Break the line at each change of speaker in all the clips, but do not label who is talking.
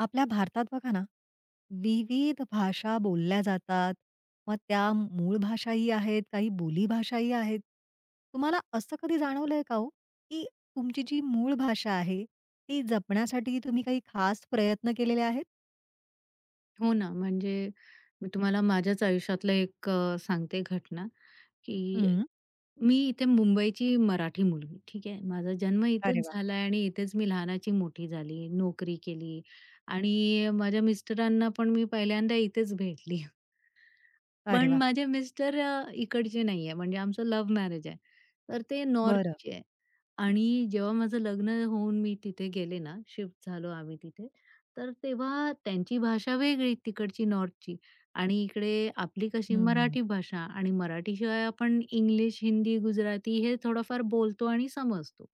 आपल्या भारतात बघा ना, विविध भाषा बोलल्या जातात. मग त्या मूळ भाषाही आहेत, काही बोलीभाषाही आहेत. तुम्हाला असं कधी जाणवलंय का हो, की तुमची जी मूळ भाषा आहे, ती जपण्यासाठी तुम्ही काही खास प्रयत्न केलेले आहेत?
हो ना, म्हणजे मी तुम्हाला माझ्याच आयुष्यातलं एक सांगते घटना, की
हं.
मी इथे मुंबईची मराठी मुलगी, ठीक आहे. माझा जन्म इथेच
अरे वाह!
झाला आणि इथेच मी लहानाची मोठी झाली, नोकरी केली आणि माझ्या मिस्टरांना पण मी पहिल्यांदा इथेच भेटली.
अरे
पण
वाह!
माझे मिस्टर इकडचे नाहीये म्हणजे आमचं लव्ह मॅरेज आहे. तर ते
बरं.
नॉर्थचे आहे. आणि जेव्हा माझं लग्न होऊन मी तिथे गेले ना, शिफ्ट झालो आम्ही तिथे, तर तेव्हा त्यांची भाषा वेगळी तिकडची नॉर्थची आणि इकडे आपली कशी
हं, हं.
मराठी भाषा आणि मराठीशिवाय आपण इंग्लिश, हिंदी, गुजराती हे थोडंफार बोलतो आणि समजतो.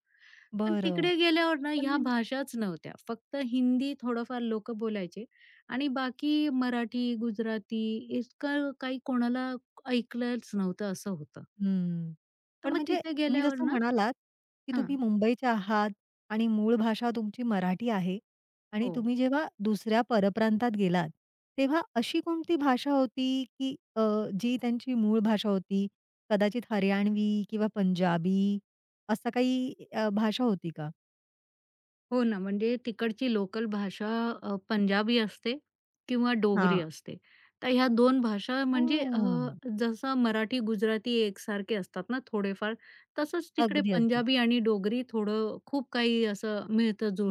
पण
बरं.
तिकडे गेल्यावर ना
पण
ह्या
म्हणजे
भाषाच नव्हत्या. फक्त हिंदी थोडंफार लोकं बोलायचे आणि बाकी मराठी, गुजराती इतकं काही कोणाला ऐकलंच नव्हतं असं होतं.
हं.
तर
पण
मग
म्हणजे
तिथे
तुम्ही
गेल्यावर
जसं
ना
म्हणालात, की
हां.
तुम्ही मुंबईच्या आहात आणि मूळ भाषा तुमची मराठी आहे आणि
हो.
तुम्ही जेव्हा दुसऱ्या परप्रांतात गेलात, तेव्हा अशी कोणती भाषा होती, की जी त्यांची मूळ भाषा होती? कदाचित हरियाणवी किंवा पंजाबी असं काही भाषा होती का?
हो ना, म्हणजे तिकडची लोकल भाषा पंजाबी असते किंवा डोगरी
हां.
असते. तर ह्या दोन भाषा म्हणजे
हां.
जसं मराठी, गुजराती एकसारखे असतात ना थोडेफार, तसंच तिकडे
अगदी, अगदी.
पंजाबी आणि डोगरी थोडं खूप काही असं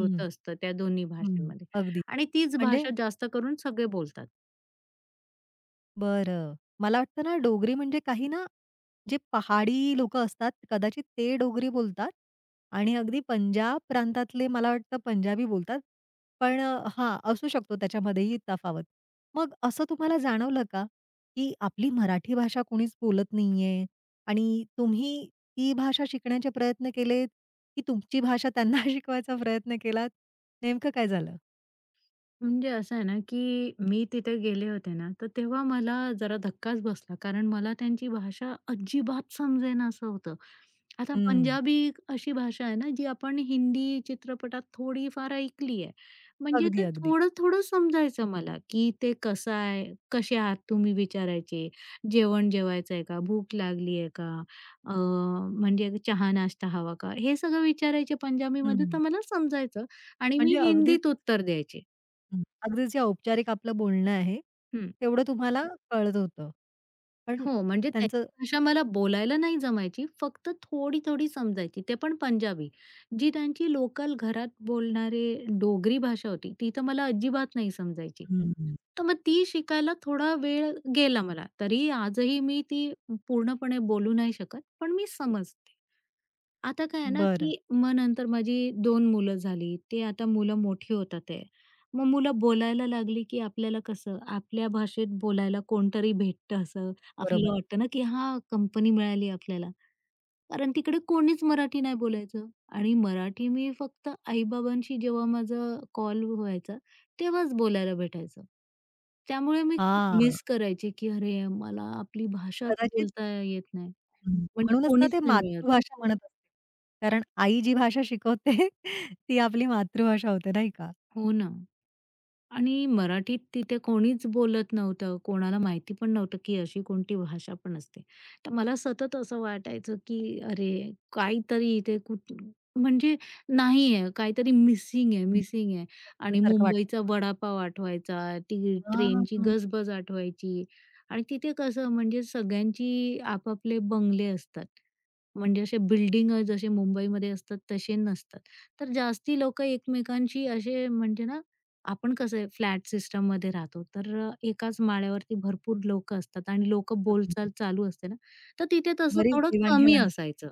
हं,
असतं त्या दोन्ही
हं.
भाषांमध्ये
अगदी.
आणि तीच
म्हणजे
भाषा जास्त करून सगळे बोलतात.
बरं. मला वाटतं ना डोगरी म्हणजे काही ना, जे पहाडी लोकं असतात कदाचित ते डोगरी बोलतात आणि अगदी पंजाब प्रांतातले मला वाटतं पंजाबी बोलतात. पण हां, असू शकतो त्याच्यामध्येही तफावत. मग असं तुम्हाला जाणवलं का, की आपली मराठी भाषा कोणीच बोलत नाहीये आणि तुम्ही ती भाषा शिकण्याचे प्रयत्न केलेत, की तुमची भाषा त्यांना शिकवायचा प्रयत्न केलात? नेमकं काय झालं?
म्हणजे असं आहे ना, की मी तिथे गेले होते ना, तर तेव्हा मला जरा धक्काच बसला. कारण मला त्यांची भाषा अजिबात समजेनासं होतं. आता
हं.
पंजाबी अशी भाषा आहे ना, जी आपण हिंदी चित्रपटात थोडीफार ऐकली आहे. म्हणजे
अगदी,
ते
अगदी.
थोडं-थोडं समजायचं मला, की ते कसं आहे, कसे आहात तुम्ही विचारायचे, जेवण जेवायचं आहे का, भूक लागली आहे का, अ, म्हणजे चहा नाश्ता हवा का, हे सगळं विचारायचे पंजाबीमध्ये,
हं.
तर मला समजायचं आणि मी
म्हणजे अगदीच
हिंदीत उत्तर द्यायचे.
हं. अगदी जे औपचारिक आपलं बोलणं आहे,
हं.
तेवढं तुम्हाला कळत होतं. पण
हो, म्हणजे त्यांची
त्यांचं
भाषा मला बोलायला नाही जमायची. फक्त थोडी-थोडी समजायची. ते पण पंजाबी. जी त्यांची लोकल घरात बोलणारे डोगरी भाषा होती, ती तर मला अजिबात नाही समजायची.
हं.
तर मग ती शिकायला थोडा वेळ गेला मला. तरी आजही मी ती पूर्णपणे बोलू नाही शकत, पण मी समजते. आता काय आहे ना,
बरं.
की मग नंतर माझी 2 मुलं झाली. ते आता मुलं मोठी होतात आहे. मग मुलं बोलायला लागली, की आपल्याला कसं आपल्या भाषेत बोलायला कोणतरी भेटतं असं
बरोबर.
आपल्याला वाटतं ना, की हां, कंपनी मिळाली आपल्याला. कारण तिकडे कोणीच मराठी नाही बोलायचं आणि मराठी मी फक्त आई जेव्हा माझा कॉल व्हायचा, तेव्हाच बोलायला भेटायचं. त्यामुळे मी खूप
हां.
मिस करायचे, की अरे, मला आपली भाषाच
कदाचित
बोलता येत नाही.
हं.
म्हणजे
म्हणूनच ना
कोणीच
ते
नाही मिळत.
मातृभाषा म्हणत असतील. कारण आई जी भाषा शिकवते ती आपली मातृभाषा होते, नाही का?
हो ना. आणि मराठीत तिथे कोणीच बोलत नव्हतं. कोणाला माहिती पण नव्हतं, की अशी कोणती भाषा पण असते. तर मला सतत असं वाटायचं, की अरे काहीतरी इथे कुठ म्हणजे नाही आहे, काहीतरी मिसिंग आहे,
हं.
मिसिंग आहे. आणि
सारखं वाटलं
मुंबईचा
तुम्हाला.
वडापाव आठवायचा, ती
हां.
ट्रेनची
हं.
गजबज आठवायची. आणि तिथे कसं म्हणजे सगळ्यांची आपापले बंगले असतात. म्हणजे असे बिल्डिंग जसे मुंबईमध्ये असतात तसे नसतात. तर जास्ती लोकं एकमेकांशी असे म्हणजे ना आपण कसं आहे सिस्टममध्ये राहतो, तर एकाच माळ्यावरती भरपूर लोकं असतात आणि लोकं बोलचाल चालू असते ना, तर तिथे तसं
बरीच
थोडं कमी
देवाण-घेवाण असते.
असायचं.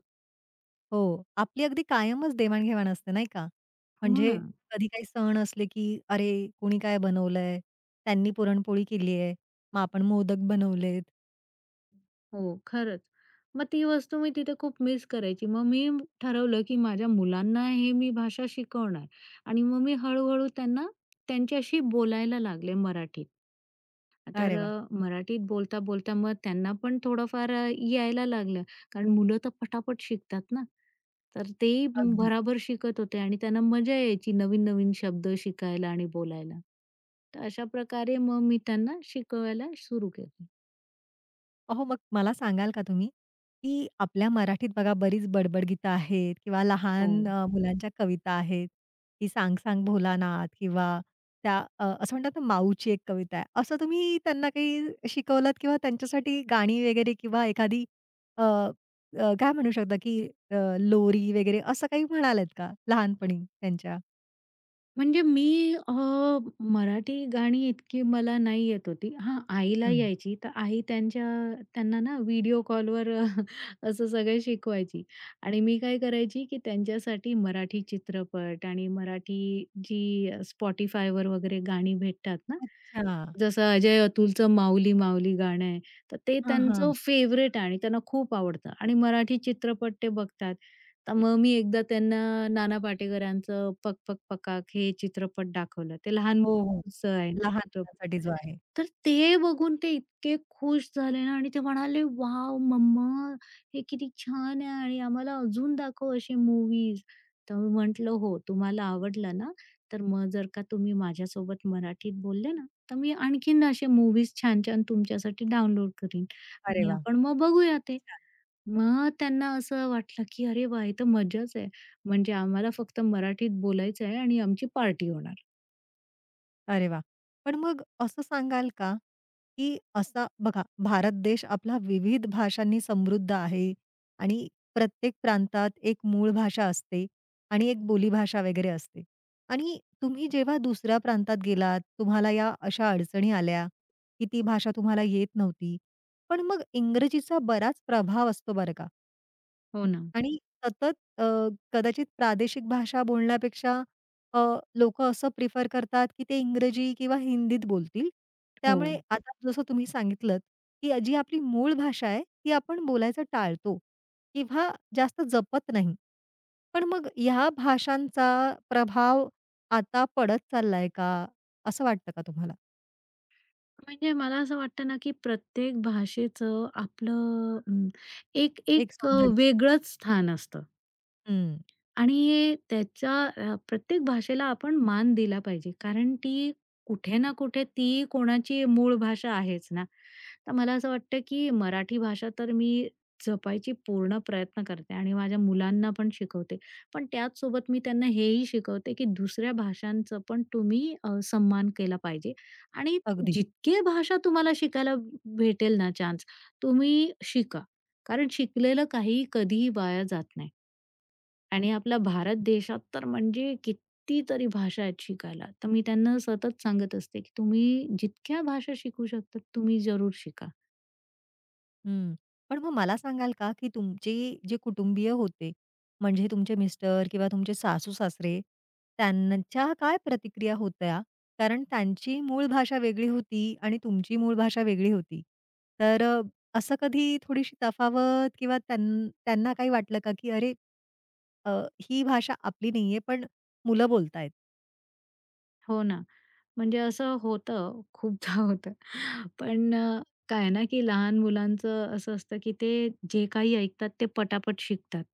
हो. आपली अगदी कायमच देवाण-घेवाण असते नाही का?
हो
म्हणजे
ना.
कधी काही सण असले की "अरे, कोणी काय बनवलंय? त्यांनी पुरणपोळी केली आहे. मग आपण मोदक बनवलेत."
हो, खरंच. मग ती वस्तू मी तिथे खूप मिस करायची. मग ठरवलं, की माझ्या मुलांना हे मी भाषा शिकवणार आणि मग मी हळू त्यांना त्यांच्याशी बोलायला लागले मराठी. तर
अरे वा,
मराठीत बोलता, बोलता मग त्यांना पण थोडंफार यायला लागलं. कारण मुलं तर पटापट शिकतात ना. तर तेही
अगदी.
भराभर शिकत होते आणि त्यांना मजा यायची नवीन-नवीन शब्द शिकायला आणि बोलायला. तर अशा प्रकारे मग मी त्यांना शिकवायला सुरू केलं.
अहो, मग मला सांगाल का तुम्ही, की आपल्या मराठीत बघा बरीच बडबड गीतं आहेत किंवा
हो.
लहान मुलांच्या कविता आहेत, की "सांग सांग भोलानाथ" किंवा त्या असं म्हणतात ना, "माऊची एक कविता आहे." असं तुम्ही त्यांना काही शिकवलत किंवा त्यांच्यासाठी गाणी वगैरे किंवा एखादी अ, अ, काय म्हणू शकता, की लोरी वगैरे असं काही म्हणालेत का लहानपणी त्यांच्या?
म्हणजे मी मराठी गाणी इतकी मला नाही येत होती. हां, आईला
हं.
यायची. तर आई त्यांच्या त्यांना ना व्हिडिओ कॉलवर असं सगळं शिकवायची आणि मी काय करायची, की त्यांच्यासाठी मराठी चित्रपट आणि मराठी जी Spotifyवर वगैरे गाणी भेटतात ना,
अच्छा.
जसं अजय अतुलचं माऊली माऊली गाणं आहे, तर ते
हां,
त्यांचं
हां.
फेवरेट आहे आणि त्यांना खूप आवडतं आणि मराठी चित्रपट ते बघतात. तर मग मी एकदा त्यांना नाना पाटेकरांचं पक पक पकाक हे चित्रपट दाखवलं. ते लहान
हो, हो.
मुलांचं आहे ना
लहान
चित्रपट.
मुलांसाठी जो आहे.
तर ते बघून ते इतके खुश झाले ना आणि ते म्हणाले, "वॉव! मम्मा हे किती छान आहे आणि आम्हाला अजून दाखव असे मूव्हीज." तर मी म्हटलं, "हो, तुम्हाला आवडलं ना? तर मग जर का तुम्ही माझ्यासोबत मराठीत बोलले ना तर मी आणखीन असे मूव्हीज छान-छान तुमच्यासाठी डाउनलोड करीन
अरे
आणि
वाह!
आपण मग बघूया
किती
ते.
छान.
मग त्यांना असं वाटलं, की "अरे वाह! हे तर मजाच आहे. म्हणजे आम्हाला फक्त मराठीत बोलायचं आहे आणि आमची पार्टी होणार."
अरे वाह! पण मग असं सांगाल का, की असा बघा, भारत देश आपला विविध भाषांनी समृद्ध आहे आणि प्रत्येक प्रांतात एक मूळ भाषा असते आणि एक बोलीभाषा वगैरे असते. आणि तुम्ही जेव्हा दुसऱ्या प्रांतात गेलात, तुम्हाला या अशा अडचणी आल्या, की ती भाषा तुम्हाला येत नव्हती. पण मग इंग्रजीचा बराच प्रभाव असतो बरं का.
हो ना.
आणि सतत अ, कदाचित प्रादेशिक भाषा बोलण्यापेक्षा अ, लोकं असं प्रिफर करतात, की ते इंग्रजी किंवा हिंदीत बोलतील.
हो.
त्यामुळे आता जसं तुम्ही सांगितलत, की जी आपली मूळ भाषा आहे, ती आपण बोलायचं टाळतो किंवा जास्त जपत नाही. पण मग ह्या भाषांचा प्रभाव आता पडत चाललाय का? असं वाटतं का तुम्हाला?
म्हणजे मला असं वाटतं ना, की प्रत्येक भाषेचं आपलं एक
एक
एक
सौंदर्य.
वेगळंच स्थान असतं.
हं,
आणि त्याच्या प्रत्येक भाषेला आपण मान दिला पाहिजे. कारण ती कुठे ना कुठे ती कोणाची मूळ भाषा आहेच ना. तर मला असं वाटतं, की मराठी भाषा तर मी जपायची पूर्ण प्रयत्न करते आणि माझ्या मुलांना पण शिकवते. पण त्याचसोबत मी त्यांना हेही शिकवते, की दुसऱ्या भाषांचं पण तुम्ही सन्मान केला पाहिजे आणि
अगदी.
जितके भाषा तुम्हाला शिकायला भेटेल ना चान्स, तुम्ही शिका. कारण शिकलेलं काहीही कधीही वाया जात नाही. आणि आपला भारत देशात तर म्हणजे कितीतरी भाषा आहेत शिकायला. तर मी त्यांना सतत सांगत असते, की तुम्ही जितक्या भाषा शिकू शकता तुम्ही जरूर शिका.
हं. पण मग मला सांगाल का, की तुमचे जे कुटुंबीय होते, म्हणजे तुमचे मिस्टर किंवा तुमचे सासू-सासरे, त्यांच्या काय प्रतिक्रिया होत्या? कारण त्यांची मूळ भाषा वेगळी होती आणि तुमची मूळ भाषा वेगळी होती. तर असं कधी थोडीशी तफावत किंवा त्यांना काही वाटलं का, की "अरे, अ, ही भाषा आपली नाहीये, पण मुलं बोलतायत."
हो ना. म्हणजे असं होतं, खूपदा होतं. पण काय आहे ना, की लहान मुलांचं असं असतं, की ते जे काही ऐकतात ते पटापट शिकतात.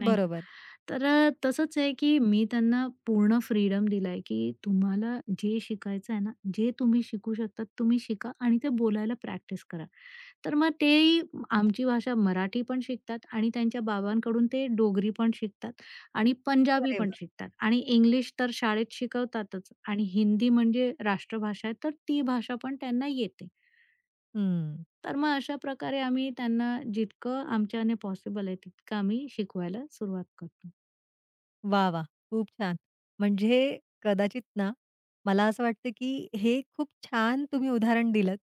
नाही का?
बरोबर.
तर तसंच आहे, की मी त्यांना पूर्ण फ्रीडम दिलाय, की तुम्हाला जे शिकायचं आहे ना, जे तुम्ही शिकू शकतात तुम्ही शिका आणि ते बोलायला प्रॅक्टिस करा. तर मग तेही आमची भाषा मराठी पण शिकतात आणि त्यांच्या बाबांकडून ते डोगरी पण शिकतात आणि पंजाबी
अरे
पण
वाह!
शिकतात आणि इंग्लिश तर शाळेत शिकवतातच आणि हिंदी म्हणजे राष्ट्रभाषा आहे, तर ती भाषा पण त्यांना येते.
हं.
तर मग अशा प्रकारे आम्ही त्यांना जितकं आमच्याने पॉसिबल आहे तितकं आम्ही शिकवायला सुरुवात करतो.
वाह, वाह! खूप छान. म्हणजे कदाचित ना, मला असं वाटतं, की हे खूप छान तुम्ही उदाहरण दिलंत,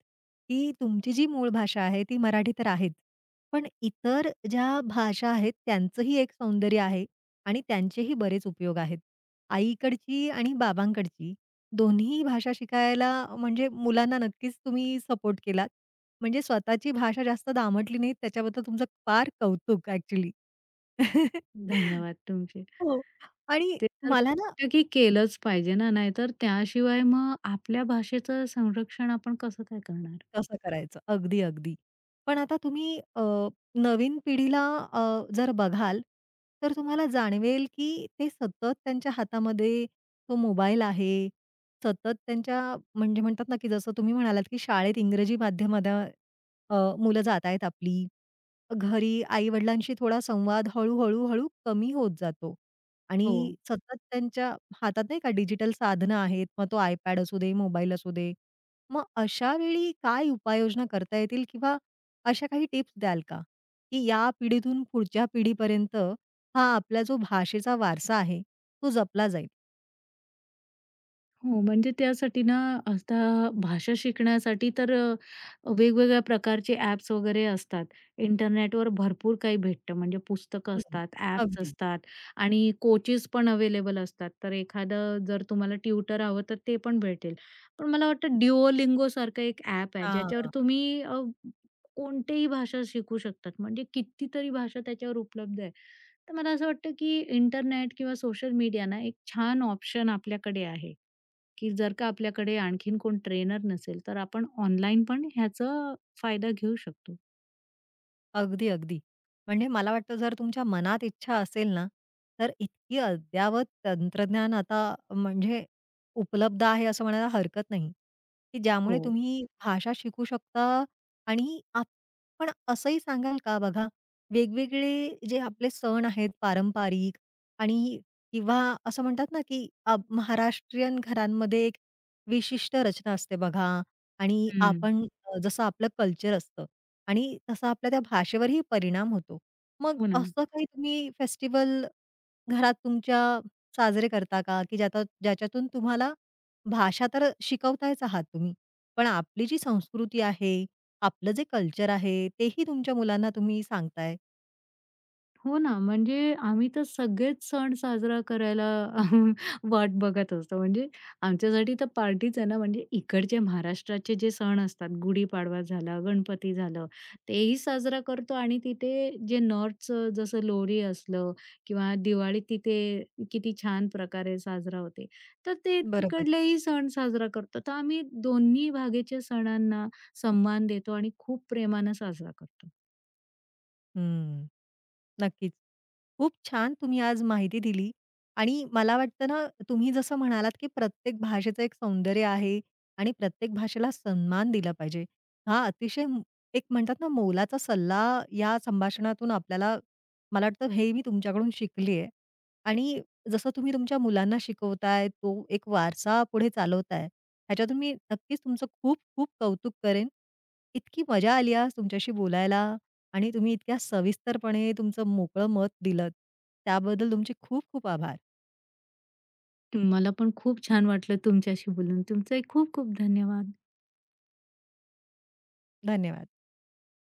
की तुमची जी मूळ भाषा आहे ती मराठी तर आहेच. पण इतर ज्या भाषा आहेत त्यांचंही एक सौंदर्य आहे आणि त्यांचेही बरेच उपयोग आहेत. आईकडची आणि बाबांकडची दोन्ही भाषा शिकायला म्हणजे मुलांना नक्कीच तुम्ही सपोर्ट केलात. म्हणजे स्वतःची भाषा जास्त दामटली नाही त्याच्याबद्दल तुमचं फार कौतुक ॲक्चुअली.
धन्यवाद तुमचे.
हो, आणि
ते तर
मला
मला
ना
वाटतं की केलंच पाहिजे ना, नाहीतर त्याशिवाय मग आपल्या भाषेचं संरक्षण आपण कसं काय करणार?
तसं करायचं. अगदी, अगदी. पण आता तुम्ही नवीन पिढीला अ, जर बघाल, तर तुम्हाला जाणवेल, की ते सतत त्यांच्या हातामध्ये तो मोबाईल आहे. सतत त्यांच्या म्हणजे म्हणतात ना, की जसं तुम्ही म्हणालात, की शाळेत इंग्रजी माध्यमात मुलं जात आहेत आपली. घरी आई-वडिलांशी थोडा संवाद हळू-हळू-हळू कमी होत जातो आणि
हो.
सतत त्यांच्या हातात नाही का डिजिटल साधनं आहेत. मग तो iPad असू दे, मोबाईल असू दे. मग अशा वेळी काय उपाययोजना करता येतील किंवा अशा काही टिप्स द्याल का? की या पिढीतून पुढच्या पिढीपर्यंत हा आपला जो भाषेचा वारसा आहे, तो जपला जाईल?
हो, म्हणजे त्यासाठी ना आता भाषा शिकण्यासाठी तर वेगवेगळ्या प्रकारचे ॲप्स वगैरे असतात. इंटरनेटवर भरपूर काही भेटतं. म्हणजे पुस्तकं
हं.
असतात, ॲप्स
अगदी.
असतात आणि कोचेस पण अवेलेबल असतात. तर एखादं जर तुम्हाला ट्युटर हवं तर ते पण भेटेल. पण मला वाटतं Duolingo सारखं एक ॲप आहे
हां.
ज्याच्यावर तुम्ही कोणतीही भाषा शिकू शकतात. म्हणजे कितीतरी भाषा त्याच्यावर उपलब्ध आहे. तर मला असं वाटतं की इंटरनेट किंवा सोशल मीडिया ना एक छान ऑप्शन आपल्याकडे आहे. की जर का आपल्याकडे आणखीन कोण ट्रेनर नसेल, तर आपण ऑनलाईन पण ह्याचा फायदा घेऊ शकतो.
अगदी, अगदी. म्हणजे मला वाटतं जर तुमच्या मनात इच्छा असेल ना, तर इतकी अद्यावत तंत्रज्ञान आता म्हणजे उपलब्ध आहे असं म्हणायला हरकत नाही, की ज्यामुळे
हो.
तुम्ही भाषा शिकू शकता आणि आप पण असंही सांगाल का बघा, वेगवेगळे जे आपले सण आहेत पारंपरिक आणि किंवा असं म्हणतात ना, की महाराष्ट्रीयन घरांमध्ये एक विशिष्ट रचना असते बघा आणि
हं.
आपण जसं आपलं कल्चर असतं. आणि तसा आपल्या त्या भाषेवरही परिणाम होतो. मग
हो ना.
असं काही तुम्ही फेस्टिवल घरात तुमच्या साजरे करता का? की ज्यात ज्याच्यातून तुम्हाला भाषा तर शिकवतायच आहात तुम्ही, पण आपली जी संस्कृती आहे, आपलं जे कल्चर आहे, तेही तुमच्या मुलांना तुम्ही सांगताय.
हो ना, म्हणजे आम्ही तर सगळेच सण साजरा करायला वाट बघत असतो. म्हणजे आमच्यासाठी तर पार्टीच आहे ना, म्हणजे इकडचे महाराष्ट्राचे जे सण असतात, गुढीपाडवा झाला, गणपती झालं, तेही साजरा करतो आणि तिथे जे नॉर्थचं जसं लोरी असलं किंवा दिवाळी तिथे किती छान प्रकारे साजरा होते. तर ते
बरोबर.
तिकडलेही सण साजरा करतो. तर आम्ही दोन्ही भागेच्या सणांना सन्मान देतो आणि खूप प्रेमानं साजरा करतो.
हं. नक्कीच. खूप छान तुम्ही आज माहिती दिली आणि मला वाटतं ना, तुम्ही जसं म्हणालात, की प्रत्येक भाषेचं एक सौंदर्य आहे आणि प्रत्येक भाषेला सन्मान दिला पाहिजे. हा अतिशय एक म्हणतात ना, मोलाचा सल्ला या संभाषणातून आपल्याला मला वाटतं हे मी तुमच्याकडून शिकली आहे आणि जसं तुम्ही तुमच्या मुलांना शिकवताय, तो एक वारसा पुढे चालवताय, ह्याच्यातून मी नक्कीच तुमचं खूप खूप कौतुक करेन. इतकी मजा आली आज तुमच्याशी बोलायला आणि तुम्ही इतक्या सविस्तरपणे तुमचं मोकळं मत दिलत, त्याबद्दल तुमचे खूप खूप आभार.
मला पण खूप छान वाटलं तुमच्याशी बोलून. तुमचाही खूप खूप धन्यवाद.
धन्यवाद.